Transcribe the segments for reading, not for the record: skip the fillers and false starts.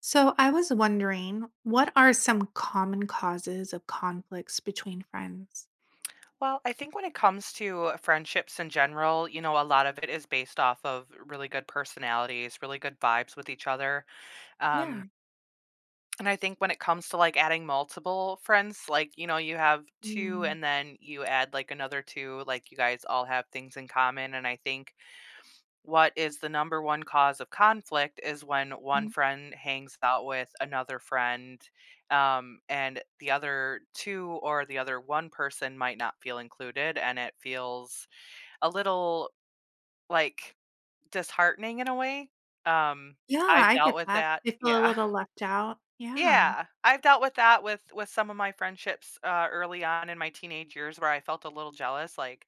So, I was wondering, what are some common causes of conflicts between friends? Well, I think when it comes to friendships in general, you know, a lot of it is based off of really good personalities, really good vibes with each other. Yeah. Um, and I think when it comes to like adding multiple friends, like, you know, you have two Mm, and then you add like another two, like you guys all have things in common. And I think what is the number one cause of conflict is when one mhm. friend hangs out with another friend, and the other two or the other one person might not feel included, and it feels a little like disheartening in a way. Um, Yeah, I've I dealt get with that. that. They feel a Yeah. little left out. Yeah, Yeah, I've dealt with that with some of my friendships early on in my teenage years, where I felt a little jealous. Like,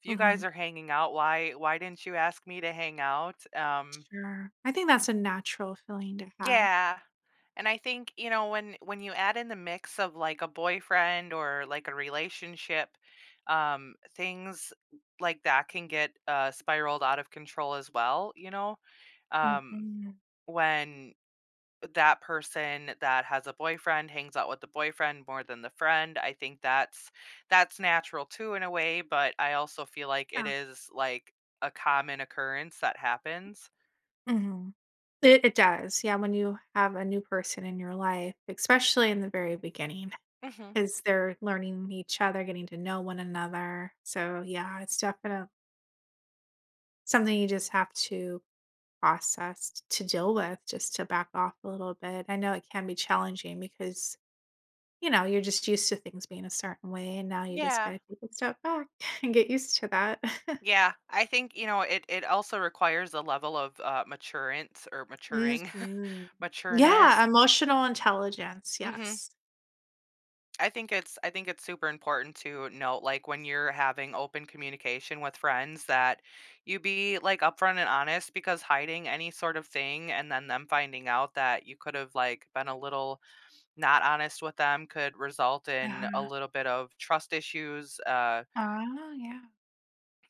if you hmm, guys are hanging out, why didn't you ask me to hang out? Sure. I think that's a natural feeling to have. Yeah. And I think, you know, when you add in the mix of like a boyfriend or like a relationship, things like that can get spiraled out of control as well, you know? Um, Hmm. when that person that has a boyfriend hangs out with the boyfriend more than the friend, I think that's natural too in a way, but I also feel like it Yeah, is like a common occurrence that happens. hmm, it does. Yeah, when you have a new person in your life, especially in the very beginning, hmm because they're learning each other, getting to know one another. So, yeah, it's definitely something you just have to process to deal with, just to back off a little bit. I know it can be challenging because, you know, you're just used to things being a certain way and now you just Yeah. got to take a step back and get used to that. Yeah, I think, you know, it also requires a level of, maturance or maturing Mhm. matureness. Yeah, emotional intelligence, Mhm. yes. I think it's super important to note, like, when you're having open communication with friends that you be, like, upfront and honest because hiding any sort of thing and then them finding out that you could have, like, been a little not honest with them could result in a Uh-huh. little bit of trust issues. Oh, yeah.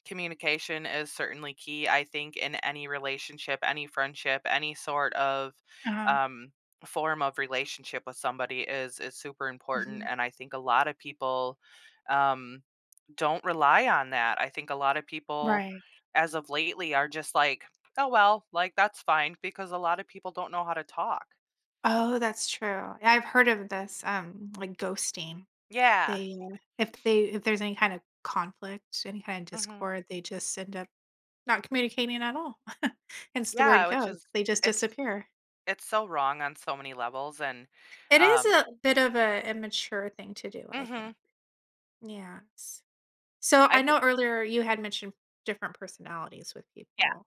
Communication is certainly key, I think, in any relationship, any friendship, any sort of Uh-huh. um, form of relationship with somebody is super important. Mhm. And I think a lot of people, um, don't rely on that. I think a lot of people, Right. as of lately, are just like, "Oh well, like that's fine," because a lot of people don't know how to talk. Oh, that's true. Yeah, I've heard of this like ghosting. Yeah. They if there's any kind of conflict, any kind of hmm discord, they just end up not communicating at all. Hence the Yeah, word which "ghost," is they just it's disappear. it's so wrong on so many levels. And It is um, a bit of a immature thing to do, I hmm think. Yes. So, I I think. know earlier you had mentioned different personalities with people.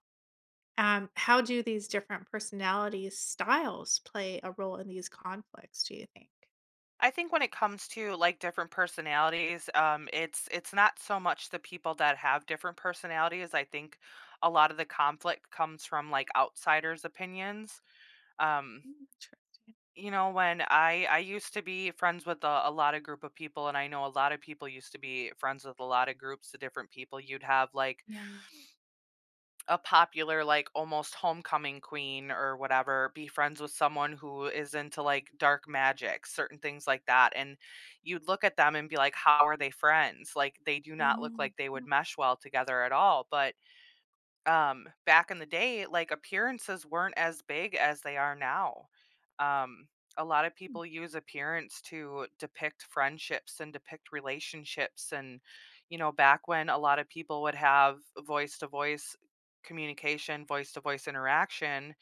How do these different personality styles play a role in these conflicts, do you think? I think when it comes to like different personalities, it's not so much the people that have different personalities. I think a lot of the conflict comes from like outsiders' opinions. Um, Mm, interesting. you know, when I used to be friends with a lot of group of people, and I know a lot of people used to be friends with a lot of groups of different people. You'd have like Yeah. a popular, like almost homecoming queen or whatever, be friends with someone who is into like dark magic, certain things like that, and you'd look at them and be like, how are they friends? Like they do not look Mhm. like they would mesh well together at all. But back in the day, like, appearances weren't as big as they are now. Um, a lot of people use appearance to depict friendships and depict relationships. And, you know, back when a lot of people would have voice to voice communication, voice to voice interaction,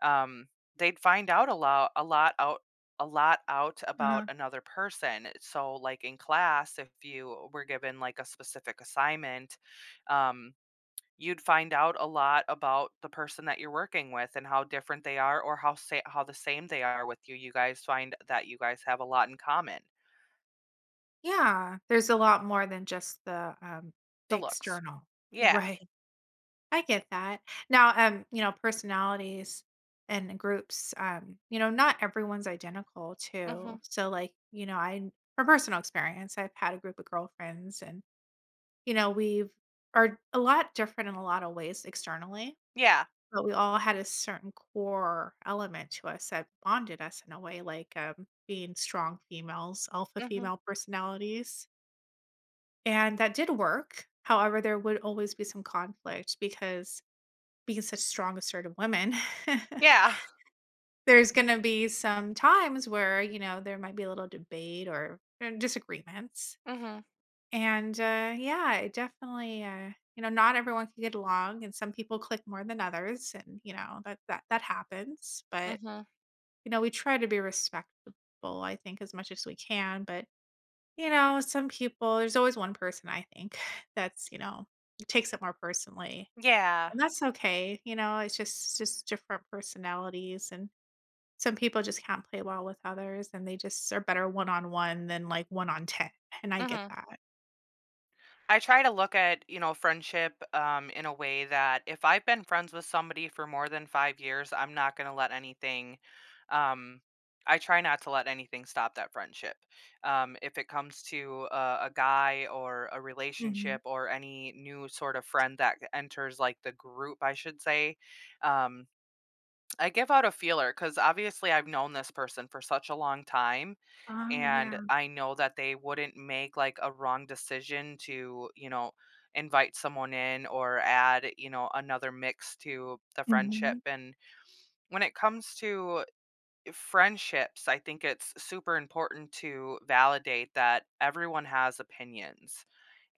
um, they'd find out a lot out. A lot out about Uh, another person. So, like in class, if you were given like a specific assignment, um, you'd find out a lot about the person that you're working with and how different they are or how sa how the same they are with you. You guys find that you guys have a lot in common. yeah, there's a lot more than just the The looks. external. Yeah. Right. I get that. Now, you know, personalities and groups, you know, not everyone's identical Mhm. too. So like, you know, I from personal experience, I've had a group of girlfriends and, you know, we've are a lot different in a lot of ways externally, Yeah. but we all had a certain core element to us that bonded us in a way, like being strong females, alpha Mhm. female personalities. And that did work. However, there would always be some conflict because being such strong, assertive women, Yeah. there's going to be some times where, you know, there might be a little debate or disagreements. Mhm. And yeah, it definitely, you know, not everyone can get along and some people click more than others. And, you know, that happens. But, Mhm. you know, we try to be respectful, I think, as much as we can. But, you know, some people, there's always one person, I think, that's, you know, takes it more personally. Yeah. And that's okay, you know, it's just different personalities and some people just can't play well with others and they just are better one on one than like one on 10. And I get Mhm. that. I try to look at, you know, friendship, in a way that if I've been friends with somebody for more than 5 years, I'm not going to let anything. um, I try not to let anything stop that friendship. If it comes to a guy or a Mhm. relationship or any new sort of friend that enters like the group, I should say, um, I give out a feeler because obviously I've known this person for such a long time, Oh, and yeah. I know that they wouldn't make like a wrong decision to, you know, invite someone in or add, you know, another mix to the friendship. Mhm. And when it comes to friendships, I think it's super important to validate that everyone has opinions.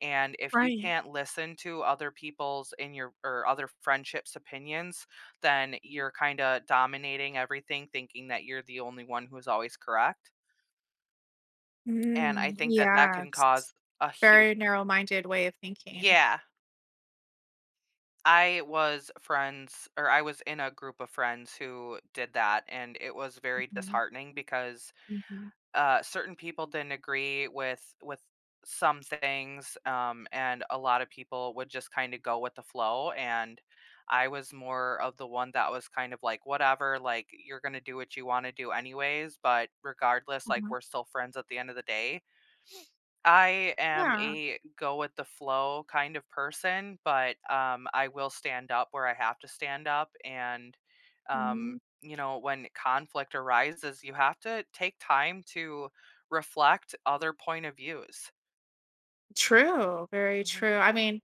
And if you Right. can't listen to other people's in your or other friendships' opinions, then you're kind of dominating everything, thinking that you're the only one who's always correct. And I Mm, think that that can yes. cause a huge. Very narrow minded way of thinking. Yeah, I was friends, or I was in a group of friends who did that, and it was very Mhm. disheartening because, Mhm. Certain people didn't agree with some things, and a lot of people would just kinda go with the flow, and I was more of the one that was kind of like, "Whatever, like, you're gonna do what you wanna do anyways, but regardless, like, Mhm. we're still friends at the end of the day." I am Yeah. a go with the flow kind of person, but I will stand up where I have to stand up. And, Mhm. You know, when conflict arises, you have to take time to reflect other point of views. True, very hmm true. I mean,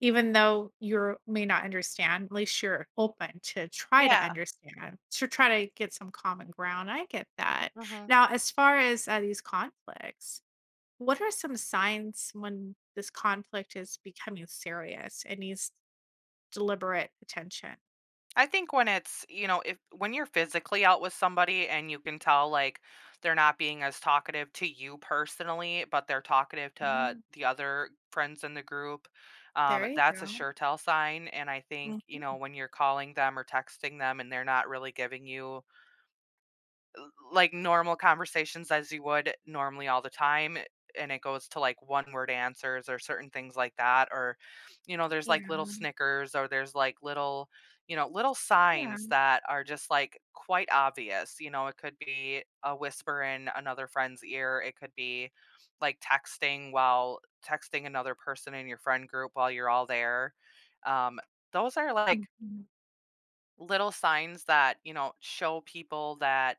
even though you may not understand, at least you're open to try to Yeah. understand, to try to get some common ground. I get that. hmm Now, as far as these conflicts, what are some signs when this conflict is becoming serious and needs deliberate attention? I think when it's, you know, if when you're physically out with somebody and you can tell like they're not being as talkative to you personally, but they're talkative to Oh, the other friends in the group, there you that's a go. sure tell sign. And I think, you know, Mhm. when you're calling them or texting them and they're not really giving you like normal conversations as you would normally all the time, and it goes to like one word answers or certain things like that, or you know there's Yeah. like little snickers or there's like little, you know, little Yeah. signs that are just like quite obvious. You know, it could be a whisper in another friend's ear, it could be like texting another person in your friend group while you're all there. um those are like Mhm. little signs that, you know, show people that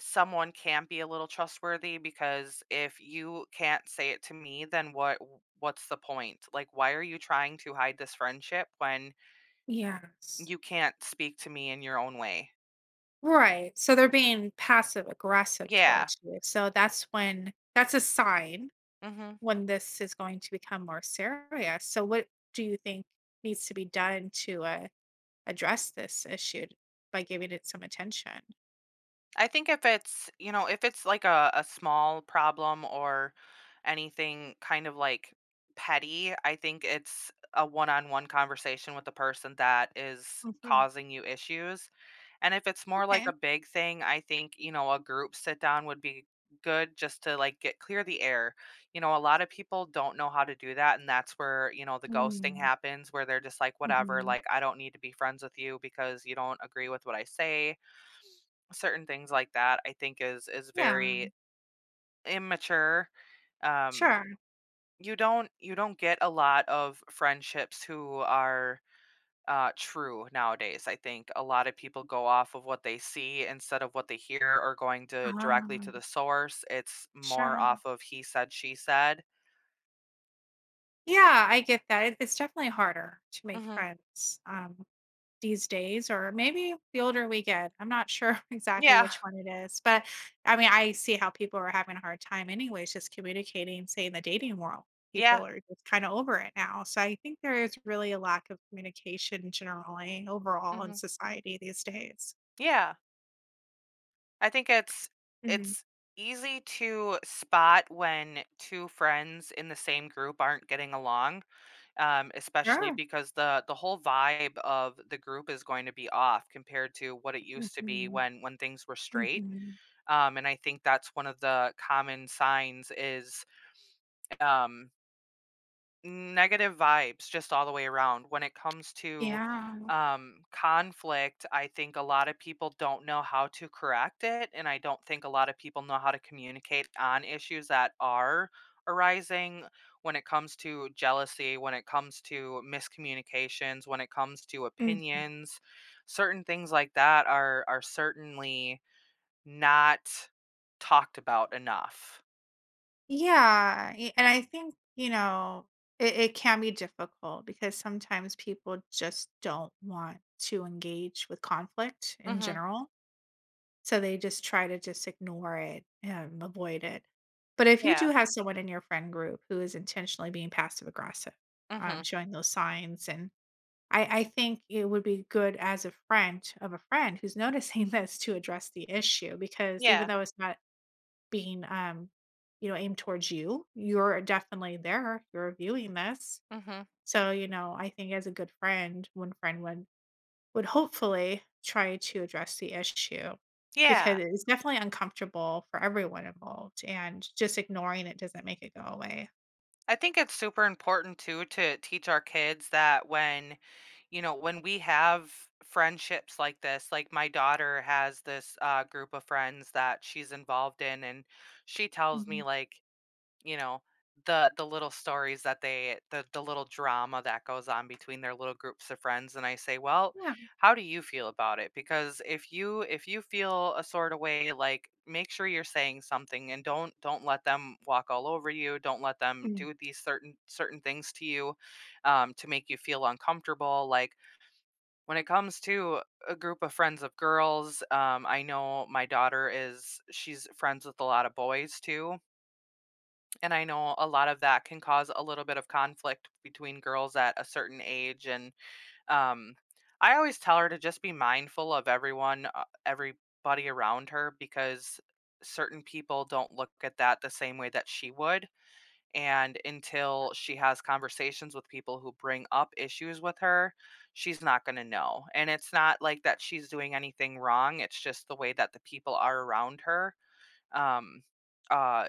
someone can not be a little trustworthy, because if you can't say it to me, then what's the point? Like, why are you trying to hide this friendship when Yes. you can't speak to me in your own way? Right, so they're being passive aggressive yeah towards you, so that's when that's a sign hmm when this is going to become more serious, so what do you think needs to be done to, address this issue by giving it some attention? I think if it's, you know, if it's like a small problem or anything kind of like petty, I think it's a one-on-one conversation with the person that is Mhm, causing you issues. And if it's more like okay. a big thing, I think, you know, a group sit down would be good just to like get clear the air. You know, a lot of people don't know how to do that. And that's where, you know, the ghosting Mm, happens, where they're just like, whatever, mhm. like, I don't need to be friends with you because you don't agree with what I say. Certain things like that, I think is Yeah, very immature. Um, sure. you don't, you don't get a lot of friendships who are, true nowadays. I think a lot of people go off of what they see instead of what they hear or going to directly to the Um, source. It's more sure. off of he said, she said. Yeah, I get that, it's definitely harder to make hmm friends, um, these days or maybe the older we get. I'm not sure exactly Yeah. which one it is, but I mean, I see how people are having a hard time anyways just communicating, say, in the dating world. People Yeah. are just kind of over it now. So I think there is really a lack of communication generally overall in hmm society these days. Yeah. I think Mhm. it's easy to spot when two friends in the same group aren't getting along, especially Sure. because the whole vibe of the group is going to be off compared to what it used to be Mhm. When things were straight. Mhm. And I think that's one of the common signs is um, negative vibes just all the way around. When it comes to Yeah. Conflict, I think a lot of people don't know how to correct it. And I don't think a lot of people know how to communicate on issues that are arising, when it comes to jealousy, when it comes to miscommunications, when it comes to Mhm. opinions. Certain things like that are certainly not talked about enough. Yeah, and I think, you know, it can be difficult because sometimes people just don't want to engage with conflict in Mhm. general. So they just try to just ignore it and avoid it. But if you Yeah. do have someone in your friend group who is intentionally being passive aggressive, Mhm. showing those signs, and I think it would be good as a friend of a friend who's noticing this to address the issue because even Yeah. though it's not being, you know, aimed towards you. You're definitely there. You're viewing this. Mhm. So, you know, I think as a good friend, one friend would hopefully try to address the issue because Yeah. it's definitely uncomfortable for everyone involved and just ignoring it doesn't make it go away. I think it's super important too to teach our kids that when, you know, when we have friendships like this, like my daughter has this, group of friends that she's involved in, and she tells me, Mhm. like, you know, the little stories that the little drama that goes on between their little groups of friends. And I say, well, Yeah. how do you feel about it? Because if you, if you feel a sort of way, like, make sure you're saying something, and don't let them walk all over you. Don't let them Mm. do these certain certain things to you, to make you feel uncomfortable. Like, when it comes to a group of friends of girls, I know my daughter is, she's friends with a lot of boys too. And I know a lot of that can cause a little bit of conflict between girls at a certain age. And, um, I always tell her to just be mindful of everyone, everybody around her, because certain people don't look at that the same way that she would, and until she has conversations with people who bring up issues with her, she's not gonna know. And it's not like that she's doing anything wrong, it's just the way that the people are around her. um uh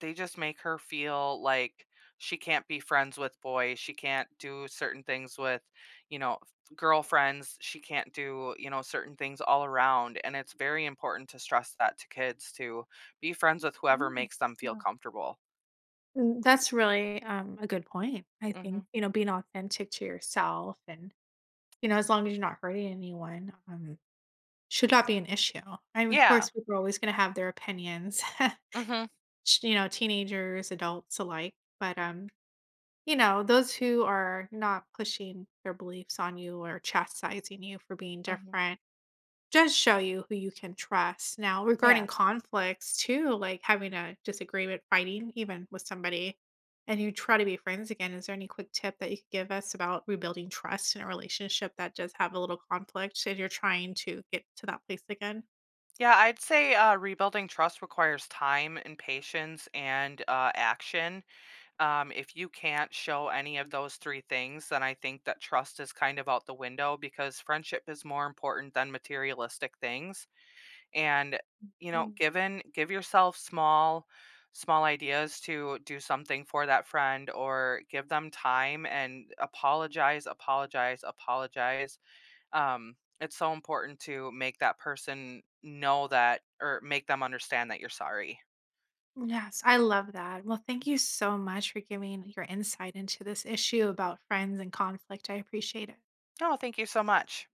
they just make her feel like she can't be friends with boys, she can't do certain things with, you know, girlfriends, she can't do, you know, certain things all around. And it's very important to stress that to kids, to be friends with whoever Mm. makes them feel Yeah. comfortable. Mm, that's really a good point. I think, hmm you know, being authentic to yourself and, you know, as long as you're not hurting anyone, should not be an issue. I mean, of yeah course, people are always gonna have their opinions, hmm sh you know, teenagers, adults alike, but, you know, those who are not pushing their beliefs on you or chastising you for being hmm different does show you who you can trust. Now, yeah. regarding conflicts too, like having a disagreement, fighting even with somebody, and you try to be friends again, is there any quick tip that you could give us about rebuilding trust in a relationship that does have a little conflict and you're trying to get to that place again? Yeah, I'd say rebuilding trust requires time and patience and, action. If you can't show any of those three things, then I think that trust is kind of out the window, because friendship is more important than materialistic things. And, you know, Mm. Give yourself small, small ideas to do something for that friend, or give them time and apologize, apologize, apologize. It's so important to make that person know that, or make them understand that you're sorry. Yes, I love that. Well, thank you so much for giving your insight into this issue about friends and conflict. I appreciate it. Oh, thank you so much.